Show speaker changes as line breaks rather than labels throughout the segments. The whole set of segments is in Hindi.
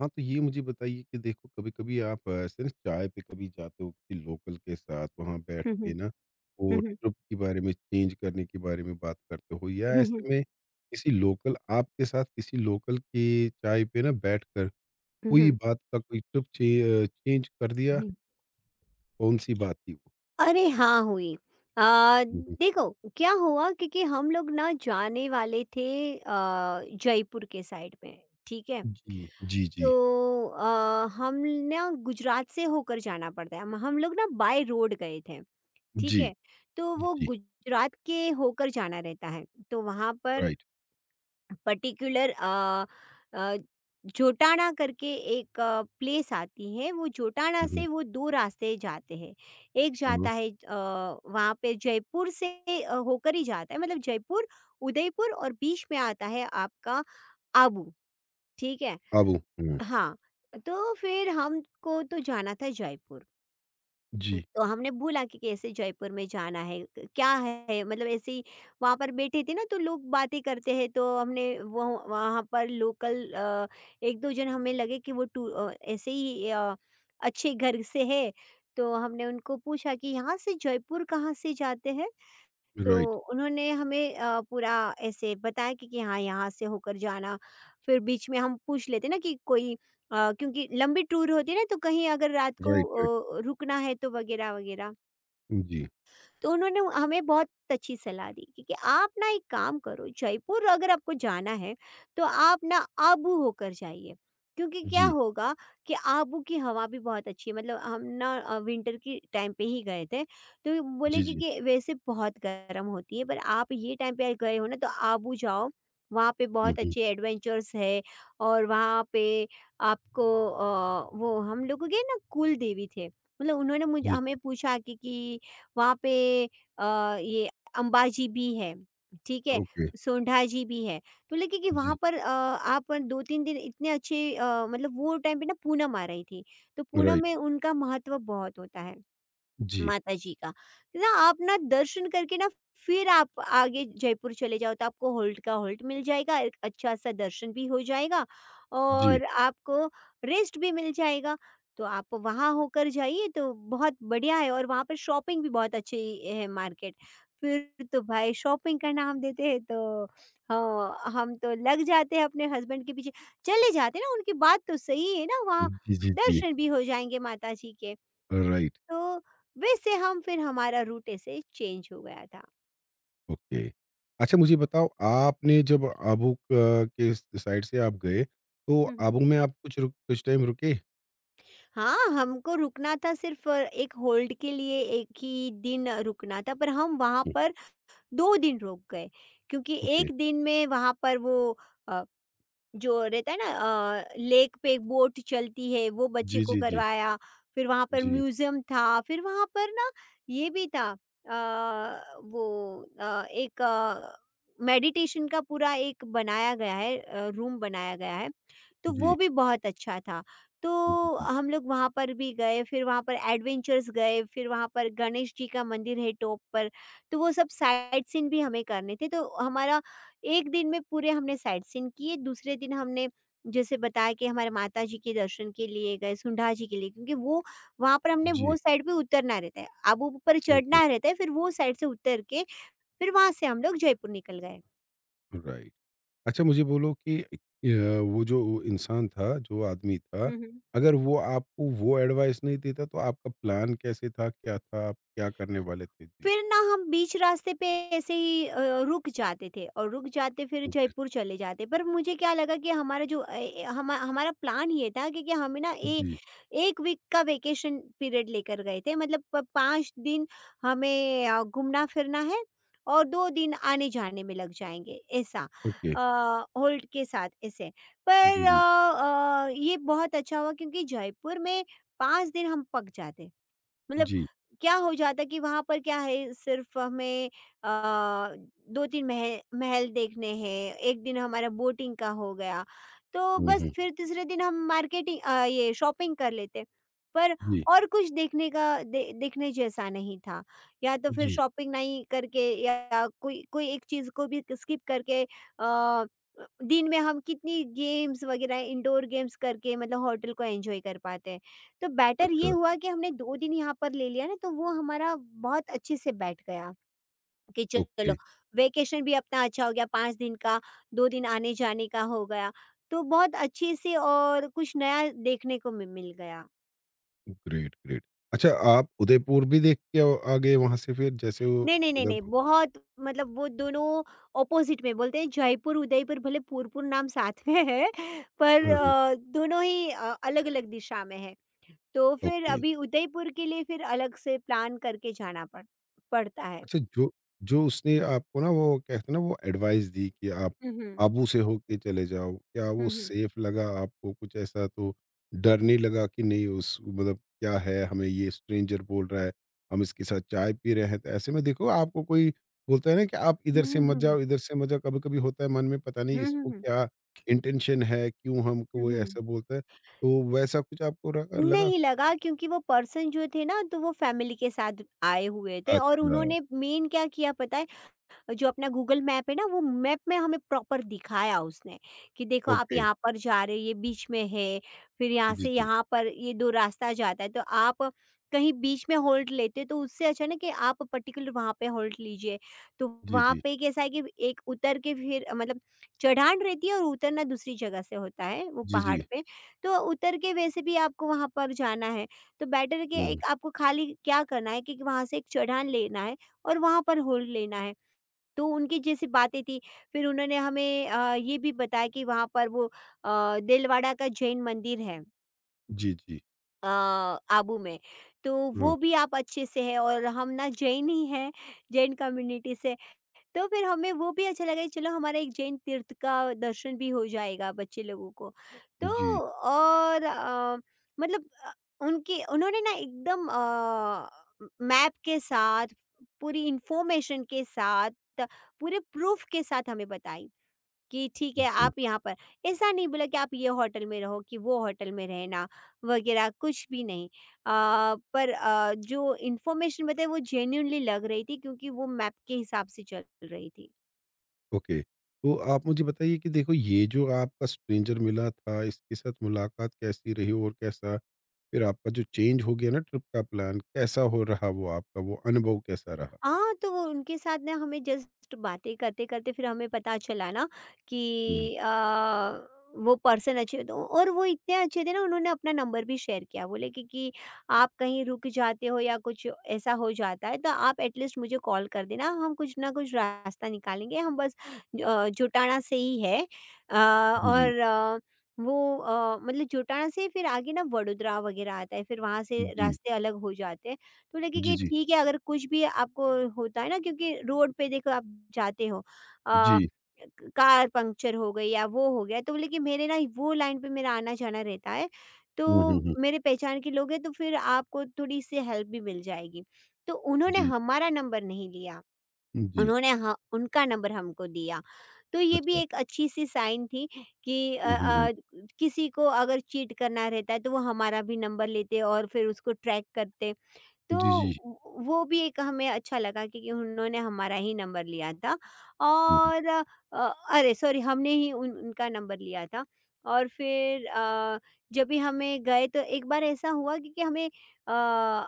हाँ, तो ये मुझे बताइए कि देखो, कभी-कभी आप ऐसे ना चाय पे कभी जाते हो किसी लोकल के साथ वहाँ बैठ
हुँ, हुँ।
के ना,
हुँ,
वो
हुँ।
ट्रिप के बारे में चेंज करने के बारे में बात करते हो या
हुँ, हुँ।
ऐसे में किसी लोकल आपके साथ किसी लोकल की चाय पे ना बैठकर
हुँ,
कोई
हुँ।
बात का कोई ट्रिप चेंज कर दिया,
हुँ।
कौन-सी बात थी वो?
अरे हाँ, हुई। अ,
हुँ, हुँ।
देखो क्या हुआ क्योंकि हम लोग ना जाने वाले थे अ, जयपुर के साइड में, ठीक है?
जी, जी, जी।
तो हम ना गुजरात से होकर जाना पड़ता है। हम लोग ना बाय रोड गए थे, ठीक
जी,
है? तो वो
जी,
गुजरात के होकर जाना रहता है। तो वहाँ पर
राइट।
पर्टिकुलर अ, जोटाना करके एक प्लेस आती है वो जोटाना
हुँ, हुँ।
से वो 2 रास्ते जाते हैं। एक
हाँ,
जाता है वहाँ पे जयपुर से होकर ही जाता है मतलब जयपुर, उदयपुर और बीच में आता है आपका आबू, ठीक है?
आबू। हुँ,
हाँ, तो फिर हमको तो जाना था जयपुर।
जी,
तो हमने बोला कि कैसे जयपुर में जाना है क्या है मतलब ऐसे ही वहाँ पर बैठे थे ना तो लोग बातें करते हैं तो हमने वो वहाँ पर लोकल एक दो जन हमें लगे कि वो टू ऐसे ही अच्छे घर से है। तो हमने उनको पूछा कि यहाँ से जयपुर कहाँ से जाते हैं। तो
राइट,
उन्होंने हमें पूरा ऐसे बताया कि हाँ यहाँ से होकर जाना। फिर बीच में हम पूछ लेते ना कि कोई क्योंकि लंबी टूर होती है ना तो कहीं अगर रात को
राइट, राइट।
रुकना है तो वगैरह वगैरह।
जी,
तो उन्होंने हमें बहुत अच्छी सलाह दी कि आप ना एक काम करो, जयपुर अगर आपको जाना है तो आप ना आबू होकर जाइए, क्योंकि क्या
जी,
होगा कि आबू की हवा भी बहुत अच्छी है। मतलब हम ना विंटर के टाइम पे ही गए थे, तो
जी,
बोले कि,
जी।
कि वैसे बहुत गर्म होती है पर आप ये टाइम पे गए हो ना तो आबू जाओ, वहाँ पे
हुँ,
बहुत
हुँ।
अच्छे एडवेंचर्स है। और वहाँ पे आपको वो हम लोग गए ना कुल देवी थे, मतलब उन्होंने मुझे
जी,
हमें
जी,
पूछा कि वहाँ पे अ, ये अम्बा जी भी है, ठीक है?
ओके।
सोंढा जी भी है। तो लगे कि
जी,
वहाँ पर आप 2-3 दिन इतने अच्छे मतलब वो टाइम पे ना पूनम आ रही थी, तो पूनम
राइट।
में उनका महत्व बहुत होता है।
जी,
माता जी का। ना आप ना दर्शन करके ना फिर आप आगे जयपुर चले जाओ, तो आपको हॉल्ट का हॉल्ट मिल जाएगा, एक अच्छा-सा दर्शन भी हो जाएगा
जी।
और आपको रेस्ट भी मिल जाएगा। तो आप वहाँ होकर जाइए तो बहुत बढ़िया है, और वहाँ पर शॉपिंग भी बहुत अच्छी है मार्केट। फिर तो भाई शॉपिंग का नाम देते हैं तो हाँ, हम तो लग जाते हैं अपने हस्बैंड के पीछे। चले जाते हैं ना, उनकी बात तो सही है ना, वहाँ
जी, जी, जी।
दर्शन भी हो जाएँगे माता जी के।
राइट,
तो वैसे हम फिर हमारा रूट ऐसे चेंज हो गया था।
ओके। अच्छा, मुझे बताओ, आपने जब आबू क के साइड से आप गए, तो
हुँ, हुँ।
आबू में आप कुछ टाइम रुके?
हाँ, हमको रुकना था सिर्फ़ एक होल्ड के लिए 1 ही दिन रुकना था, पर हम वहाँ
हुँ,
पर 2 दिन रुक गए क्योंकि
ओके।
1 दिन में वहाँ पर वो अ, जो रहता है ना लेक पे बोट चलती है वो बच्चे
जी,
को
जी, जी।
करवाया। फिर वहाँ पर
जी,
म्यूजियम था, फिर वहाँ पर ना ये भी था वो एक मेडिटेशन का पूरा एक बनाया गया है, रूम बनाया गया है, तो
जी,
वो भी बहुत अच्छा था। तो
जी, जी,
हम लोग वहाँ पर भी गए, फिर वहाँ पर एडवेंचर्स गए, फिर वहाँ पर गणेश जी का मंदिर है टॉप पर, तो वो सब साइट सीन भी हमें करने थे। तो हमारा एक दिन में पूरे हमने साइट सीइंग किए, दूसरे दिन हमने जैसे बताया कि हमारे माता जी के दर्शन के लिए गए, सुंढा जी के लिए, क्योंकि वो वहाँ पर हमने
जी,
वो साइड पे उतरना रहता है। आबू पर
ओके,
चढ़ना रहता है, फिर वो साइड से उतर के फिर वहाँ से हम लोग जयपुर निकल गए।
राइट। अच्छा, मुझे बोलो कि वो जो इंसान था, जो आदमी था,
हुँ, हुँ।
अगर वो आपको वो एडवाइस नहीं देता तो आपका प्लान कैसे था? क्या था? आप क्या करने वाले थे? जी,
फिर ना हम बीच रास्ते पे ऐसे ही रुक जाते थे और रुक जाते फिर
ओके।
जयपुर चले जाते, पर मुझे क्या लगा कि हमारा जो हमारा प्लान ये था कि हमें ना
जी,
एक वीक का वेकेशन पीरियड लेकर गए थे, मतलब पाँच दिन हमें घूमना फिरना है और दो दिन आने जाने में लग जाएंगे, ऐसा
ओके।
होल्ड के साथ ऐसे। पर
जी, जी।
ये बहुत अच्छा हुआ, क्योंकि जयपुर में पाँच दिन हम पक जाते। मतलब
जी।
क्या हो जाता कि वहाँ पर क्या है, सिर्फ हमें अ, 2-3 महल महल देखने हैं, 1 दिन हमारा बोटिंग का हो गया, तो
हुँ,
बस
हुँ।
फिर तीसरे दिन हम मार्केटिंग ये शॉपिंग कर लेते। पर
जी,
और कुछ देखने का दे देखने जैसा नहीं था, या तो फिर
जी।
शॉपिंग नहीं करके या कोई कोई एक चीज़ को भी स्किप करके दिन में हम कितनी गेम्स वगैरह इंडोर गेम्स करके मतलब होटल को एन्जॉय कर पाते हैं। तो बेटर ये
अच्छा,
हुआ कि हमने 2 दिन यहाँ पर ले लिया ना, तो वो हमारा बहुत अच्छे से बैठ गया कि
ओके,
चलो वेकेशन भी अपना अच्छा हो गया 5 दिन का, 2 दिन आने-जाने का हो गया। तो बहुत अच्छे से और कुछ नया देखने को मि मिल गया।
Great, great. अच्छा, आप उदयपुर भी देख के आ गए वहाँ से, फिर जैसे वो
नहीं, नहीं, नहीं,
मतलब
नहीं, बहुत मतलब वो दोनों ऑपोज़िट में बोलते हैं। जयपुर, उदयपुर भले पूर-पूर नाम साथ में है पर
हुँ, हुँ,
दोनों ही अलग-अलग दिशा में है। तो फिर
ओके।
अभी उदयपुर के लिए फिर अलग से प्लान करके जाना पड़ता है।
अच्छा, जो जो उसने आपको ना, वो क्या कहते हैं ना, वो एडवाइस दी कि आप
हुँ, हुँ।
काबू से होके चले जाओ, क्या
हुँ,
वो
हुँ।
सेफ लगा आपको? कुछ ऐसा तो डर नहीं लगा कि नहीं, उस मतलब क्या है, हमें ये स्ट्रेंजर बोल रहा है, हम इसके साथ चाय पी रहे हैं, तो ऐसे में देखो, आपको कोई बोलता है ना कि आप
हुँ,
इधर से
हुँ,
मत
हुँ, हुँ।
जाओ, इधर से मत जाओ, कभी-कभी होता है मन में, पता नहीं
हुँ, हुँ,
इसको
हुँ।
क्या इंटेंशन है, क्यों हमको
हुँ,
वो
हुँ।
ऐसा बोलता है, तो वैसा कुछ आपको र लगा?
नहीं लगा, क्योंकि वो पर्सन जो थे ना तो वो फैमिली के साथ आए हुए थे, और
अच्छा,
उन्होंने मेन क्या किया पता, जो अपना गूगल मैप है ना वो मैप में हमें प्रॉपर दिखाया उसने कि देखो आप
ओके।
यहाँ पर जा रहे हो, ये बीच में है, फिर यहाँ
जी,
से
जी।
यहाँ पर ये दो रास्ता जाता है, तो आप कहीं बीच में होल्ड लेते हो, तो उससे अच्छा ना कि आप पर्टिकुलर वहाँ पे होल्ड लीजिए। तो
जी,
वहाँ
जी।
पे कैसा है कि एक उतर के फिर मतलब चढ़ान रहती है और उतरना दूसरी जगह से होता है वो
जी,
पहाड़
जी।
पे। तो उतर के वैसे भी आपको वहाँ पर जाना है, तो बेटर है कि
हुँ।
एक आपको खाली क्या करना है कि वहाँ से एक चढ़ान लेना है और वहाँ पर होल्ड लेना है। तो उनकी जैसी बातें थी, फिर उन्होंने हमें ये भी बताया कि वहाँ पर वो दिलवाड़ा का जैन मंदिर है,
जी, जी।
अ, आबू में, तो
हाँ।
वो भी आप अच्छे से है, और हम ना जैन ही हैं, जैन कम्युनिटी से। तो फिर हमें वो भी अच्छा लगा कि चलो हमारा एक जैन तीर्थ का दर्शन भी हो जाएगा बच्चे लोगों को। तो
जी,
और मतलब उनके उन्होंने ना एकदम म मैप के साथ पूरी इन्फॉर्मेशन के साथ पूरे प्रूफ़ के साथ हमें बताई। कि ठीक है
जी।
आप यहाँ पर ऐसा नहीं बोला कि आप ये होटल में रहो कि वो होटल में रहना वगैरह कुछ भी नहीं। पर जो इन्फॉर्मेशन बताई वो जेन्यूनली लग रही थी, क्योंकि वो मैप के हिसाब से चल रही थी।
ओके। तो आप मुझे बताइए कि देखो, ये जो आपका स्ट्रेंजर मिला था, इसके साथ मुलाकात कैसी रही, और कैसा फिर आपका जो चेंज हो गया ना ट्रिप का प्लान, कैसा हो रहा, वो आपका वो अनुभव कैसा रहा?
हाँ, तो वो उनके साथ ना हमें जस्ट बातें करते-करते फिर हमें पता चला ना कि
हुँ।
वो पर्सन अच्छे तो, और वो इतने अच्छे थे ना, उन्होंने अपना नंबर भी शेयर किया। बोले कि आप कहीं रुक जाते हो या कुछ ऐसा हो जाता है तो आप एटलीस्ट मुझे कॉल कर देना, हम कुछ ना कुछ रास्ता निकालेंगे, हम बस जोटाड़ा से ही है।
जी,
और वो मतलब जोटाड़ा से फिर आगे ना वडोदरा वगैरह आता है, फिर वहाँ से
जी।
रास्ते अलग हो जाते हैं। तो लगे
जी,
कि
जी।
ठीक है अगर कुछ भी आपको होता है ना, क्योंकि रोड पे देखो आप जाते हो
जी।
कार पंक्चर हो गई या वो हो गया, तो बोले कि मेरे ना वो लाइन पे मेरा आना जाना रहता है, तो
हुँ, हुँ, हुँ।
मेरे पहचान के लोग हैं, तो फिर आपको थोड़ी सी हेल्प भी मिल जाएगी। तो उन्होंने
जी,
हमारा नंबर नहीं लिया,
जी।
उन्होंने हाँ उनका नंबर हमको दिया। तो ये भी
अच्छा।
एक अच्छी सी साइन थी कि
हुँ, हुँ, हुँ।
किसी को अगर चीट करना रहता है तो वो हमारा भी नंबर लेते और फिर उसको ट्रैक करते। तो
जी, जी।
व वो भी एक हमें अच्छा लगा क्योंकि उन्होंने हमारा ही नंबर लिया था।
हुँ, हुँ।
और अरे सॉरी हमने ही उन उनका नंबर लिया था। और फिर जब भी हमें गए तो एक बार ऐसा हुआ क्योंकि हमें अ,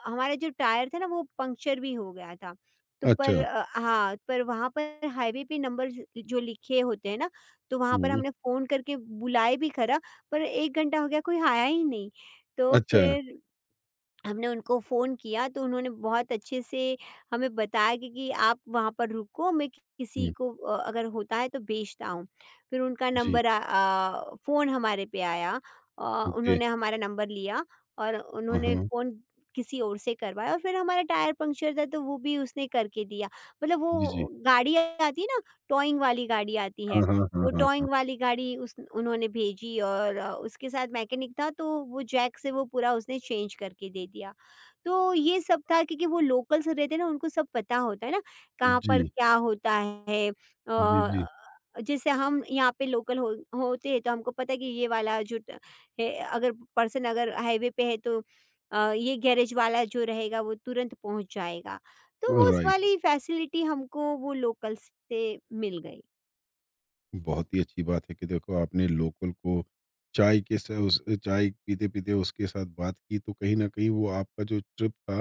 हमारा जो टायर था ना वो पंक्चर भी हो गया था। तो पर
अच्छा।
हाँ, पर वहाँ पर हाईवे पे नंबर जो लिखे होते हैं ना, तो वहाँ पर
हुँ।
हमने फ़ोन करके बुलाए भी खरा, पर 1 घंटा हो गया कोई आया ही नहीं। तो
अच्छा।
फिर हमने उनको फ़ोन किया, तो उन्होंने बहुत अच्छे से हमें बताया कि आप वहाँ पर रुको, मैं किसी
हुँ।
को अगर होता है तो भेजता हूँ। फिर उनका
जी।
नंबर फ़ोन हमारे पे आया। अ,
ओके।
उन्होंने हमारा नंबर लिया और
हाँ,
उन्होंने
हाँ।
फ़ोन किसी और से करवाया और फिर हमारा टायर पंक्चर था तो वो भी उसने करके दिया। मतलब
जी, जी।
वो गाड़ी आती है ना, टॉइंग वाली गाड़ी आती
हाँ,
है।
हाँ, हाँ,
वो
हाँ, हाँ।
टॉयिंग वाली गाड़ी उस उन्होंने भेजी और उसके साथ मैकेनिक था तो वो जैक से वो पूरा उसने चेंज करके दे दिया। तो ये सब था क्योंकि वो लोकल्स रहते हैं ना, उनको सब पता होता है ना, कहाँ पर
जी।
क्या होता है।
जी, जी।
जैसे हम यहाँ पे लोकल हो होते हैं तो हमको पता है कि ये वाला जो ट है अगर पर्सन अगर हाईवे पे है तो ये गैरेज वाला जो रहेगा वो तुरंत पहुँच जाएगा। तो वो उस
राइट।
वाली फैसिलिटी हमको वो लोकल्स से मिल गई।
बहुत ही अच्छी बात है कि देखो, आपने लोकल को चाय के सा उस चाय पीते-पीते उसके साथ बात की, तो कहीं न कहीं वो आपका जो ट्रिप था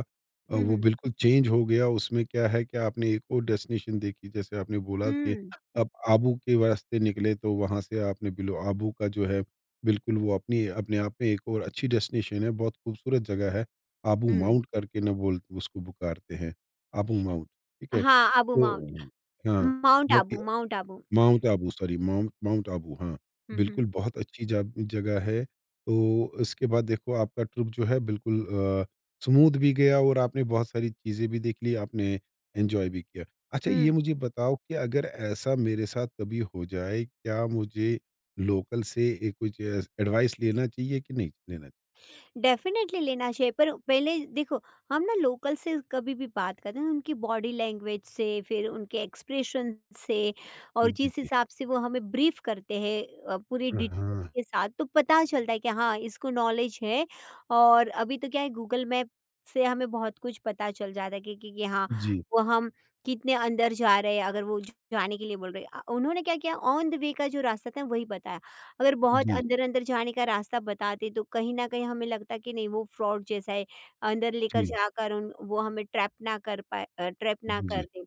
हुँ,
वो
हुँ।
बिल्कुल चेंज हो गया। उसमें क्या है कि आपने एक और डेस्टिनेशन देखी, जैसे आपने बोला कि
हुँ।
आप आबू के रास्ते निकले, तो वहाँ से आपने बिलो आबू का जो है, बिल्कुल वो अपनी अपने आप में एक और अच्छी डेस्टिनेशन है, बहुत खूबसूरत जगह है। आबू
हुँ।
माउंट करके ना बोल उसको पुकारते हैं, आबू माउंट, ठीक है?
हाँ, आबू माउंट
तो हाँ, बहुत ही
माउंट आबू।
माउंट आबू, हाँ,
हुँ, हुँ।
बिल्कुल बहुत अच्छी जब जगह है। तो इसके बाद देखो, आपका ट्रिप जो है बिल्कुल स्मूथ भी गया, और आपने बहुत सारी चीज़ें भी देख ली, आपने एन्जॉय भी किया। अच्छा, ये
हुँ।
मुझे बताओ कि अगर ऐसा मेरे साथ कभी हो जाए, क्या मुझे लोकल से कुछ एडवाइस लेना चाहिए कि नहीं लेना चाहिए?
डेफ़िनेटली लेना चाहिए, पर पहले देखो हम ना लोकल से कभी भी बात करते हैं उनकी बॉडी लैंग्वेज से, फिर उनके एक्सप्रेशन से और
जी,
जिस
जी।
हिसाब से वो हमें ब्रीफ करते हैं पूरी
हाँ,
डिटेल्स
हाँ।
के साथ, तो पता चलता है कि हाँ इसको नॉलेज है। और अभी तो क्या है, गूगल मैप से हमें बहुत कुछ पता चल जाता है कि हाँ
जी,
वो हम कितने अंदर जा रहे हैं। अगर वो जाने के लिए बोल रहे हैं, उन्होंने क्या किया, ऑन द वे का जो रास्ता था वही बताया। अगर बहुत
जी,
अंदर-अंदर जाने का रास्ता बताते तो कहीं न कहीं हमें लगता कि नहीं, वो फ्रॉड जैसा है, अंदर लेकर
जी,
जाकर उन वो हमें ट्रैप ना
जी, जी।
कर दें।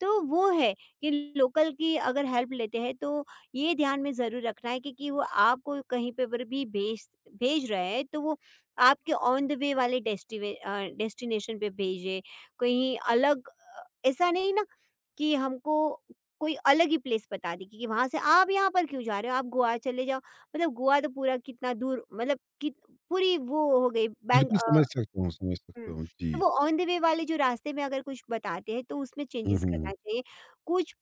तो वो है कि लोकल की अगर हेल्प लेते हैं तो ये ध्यान में ज़रूर रखना है कि वो आपको कहीं पे पर भी भेज भेज रहे हैं तो वो आपके ऑन द वे वाले डेस्टिनेशन पे भेजे, कहीं अलग ऐसा नहीं ना कि हमको कोई अलग ही प्लेस बता दी कि वहाँ से आप यहाँ पर क्यों जा रहे हो, आप गोवा चले जाओ। मतलब गोवा तो पूरा कितना दूर, मतलब कि पूरी वो हो गई
बिल्कुल समझ सकता हूँ, समझ सकता
हुँ,
हूँ।
तो
जी।
वो ऑन द वे वाले जो रास्ते में अगर कुछ बताते हैं तो उसमें
हुँ,
चेंजेस
हुँ, हुँ।
करना चाहिए। कुछ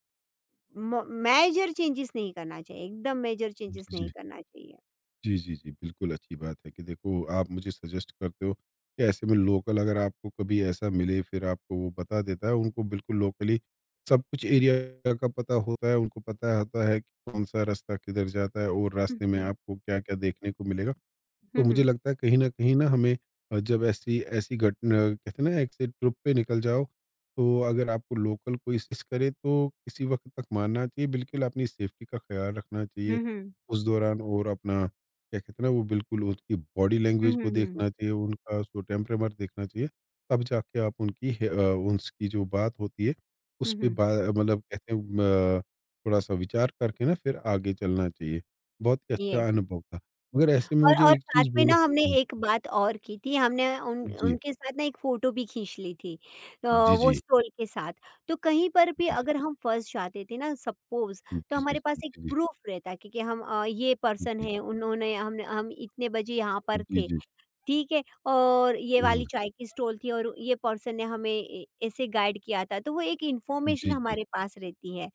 म मेजर चेंजेस नहीं करना चाहिए, एकदम मेजर
जी,
चेंजेस नहीं
जी।
करना चाहिए।
जी, जी, जी। बिल्कुल अच्छी बात है कि देखो, आप मुझे सजेस्ट करते हो कि ऐसे में लोकल अगर आपको कभी ऐसा मिले, फिर आपको वो बता देता है। उनको बिल्कुल लोकली सब कुछ एरिया का पता होता है, उनको पता होता है कि कौन-सा रास्ता किधर जाता है और
हुँ,
रास्ते में
हुँ।
आपको क्या-क्या देखने को मिलेगा। तो
हुँ,
मुझे
हुँ।
लगता है कहीं न कहीं ना हमें जब ऐसी ऐसी घट कहते हैं ना, ऐसे ट्रिप पे निकल जाओ, तो अगर आपको लोकल कोई असिस्ट करे तो किसी वक़्त तक मानना चाहिए, बिल्कुल अपनी सेफ्टी का ख़्याल रखना चाहिए
हुँ, हुँ।
उस दौरान, और अपना क्या कहते हैं ना, वो बिल्कुल उनकी बॉडी
हुँ,
लैंग्वेज
हुँ,
को
हुँ।
देखना चाहिए, उनका सो टेम्परामेंट देखना चाहिए, तब जाके आप उसकी जो बात होती है,
हुँ,
उस पे
हुँ।
बा मतलब कहते हैं म थोड़ा-सा विचार करके ना फिर आगे चलना चाहिए। बहुत ही अच्छा
येस।
अनुभव था। मगर ऐसे में
और
मुझे
और
एक
साथ
चीज़
में
बोलो।
ना हमने
हुँ।
एक बात और की थी, हमने उन
जी।
उनके साथ ना एक फ़ोटो भी खींच ली थी
जी,
वो
जी।
स्टॉल के साथ। तो कहीं पर भी
जी, जी।
अगर हम फँस जाते थे ना, सपोज़,
जी,
तो
जी, जी,
हमारे पास एक
जी, जी,
प्रूफ़ रहता कि हम ये पर्सन हैं, उन्होंने हमने हम इतने बजे यहाँ पर
जी,
थे,
जी।
ठीक है? और ये
हाँ।
वाली चाय की स्टॉल थी और ये पर्सन ने हमें ए ऐसे गाइड किया था, तो वो एक
जी,
इन्फॉर्मेशन
जी।
हमारे पास रहती है।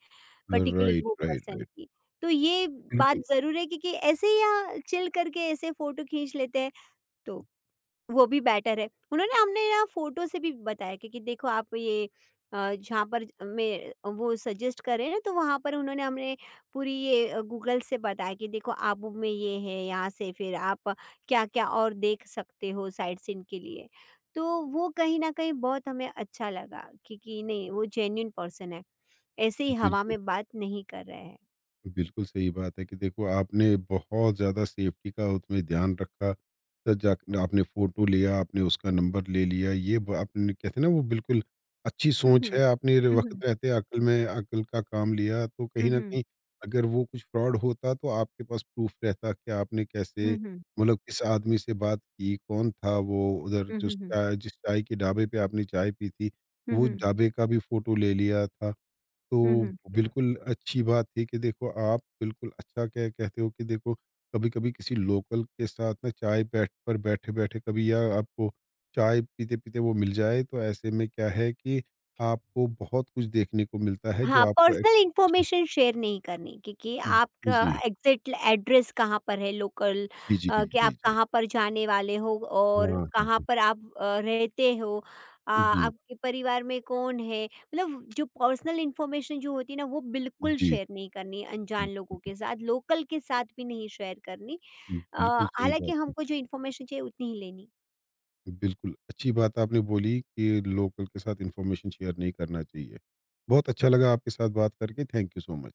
पर्टिकुलर
राइट,
वो
राइट,
पर्सन
राइट।
की। तो ये बात
बिल्कुल,
ज़रूर है, क्योंकि ऐसे ही यहाँ चिल करके ऐसे फ़ोटो खींच लेते हैं, तो वो भी बेटर है। उन्होंने हमने ना फ़ोटो से भी बताया कि देखो आप ये जहाँ पर मैं वो सजेस्ट करे ना तो वहाँ पर उन्होंने हमने पूरी ये गूगल से बताया कि देखो आप में ये है, यहाँ से फिर आप क्या-क्या और देख सकते हो साइट सीइंग के लिए। तो वो कहीं न कहीं बहुत हमें अच्छा लगा कि नहीं, वो जेन्युइन पर्सन है। ऐसे ही हवा
बिल्कुल।
में बात नहीं कर रहे हैं।
बिल्कुल सही बात है कि देखो, आपने बहुत ज़्यादा सेफ्टी का उसमें ध्यान रखा, तो जाके आपने फ़ोटो लिया, आपने उसका नंबर ले लिया। ये ब आपने कहते हैं ना, वो बिल्कुल अच्छी
हुँ,
सोच
हुँ।
है, आपने र
हुँ, हुँ।
वक़्त रहते अक़ल में अक़ल का काम लिया, तो
हुँ,
कहीं न
हुँ।
कहीं अगर वो कुछ फ्रॉड होता तो आपके पास प्रूफ़ रहता कि आपने कैसे,
हुँ, हुँ।
मतलब किस आदमी से बात की, कौन था वो उधर,
हुँ, हुँ, हुँ।
जिस चाय के ढाबे पे आपने चाय पी थी,
हुँ,
वो
हुँ।
ढाबे का भी फ़ोटो ले लिया था।
हुँ,
तो
हुँ।
बिल्कुल अच्छी बात थी कि देखो, आप बिल्कुल अच्छा कह कहते हो कि देखो, कभी-कभी किसी लोकल के साथ ना चाय बैठ पर बैठे-बैठे कभी, या आपको चाय पीते-पीते वो मिल जाए तो ऐसे में क्या है कि आपको बहुत कुछ देखने को मिलता है जो
हाँ,
आपको
पर्सनल
एक्सपेक्टेशन।
इन्फॉर्मेशन शेयर नहीं करनी क्योंकि आपका
जी।
एग्ज़ैक्ट एड्रेस कहाँ पर है लोकल,
जी, जी, जी,
कि
जी,
आप
जी।
कहाँ पर जाने वाले हो
हाँ,
और
हाँ,
कहाँ
हाँ।
पर आप रहते हो,
जी,
आपके परिवार में कौन है, मतलब जो पर्सनल इन्फॉर्मेशन जो होती है ना, वो बिल्कुल
जी।
शेयर नहीं करनी अनजान लोगों के साथ, लोकल के साथ भी नहीं शेयर करनी।
बिल्कुल सही
हालाँकि
बात है।
हमको जो इन्फॉर्मेशन चाहिए उतनी ही लेनी।
बिल्कुल, अच्छी बात आपने बोली कि लोकल के साथ इन्फॉर्मेशन शेयर नहीं करना चाहिए। बहुत अच्छा लगा आपके साथ बात करके, थैंक यू सो मच।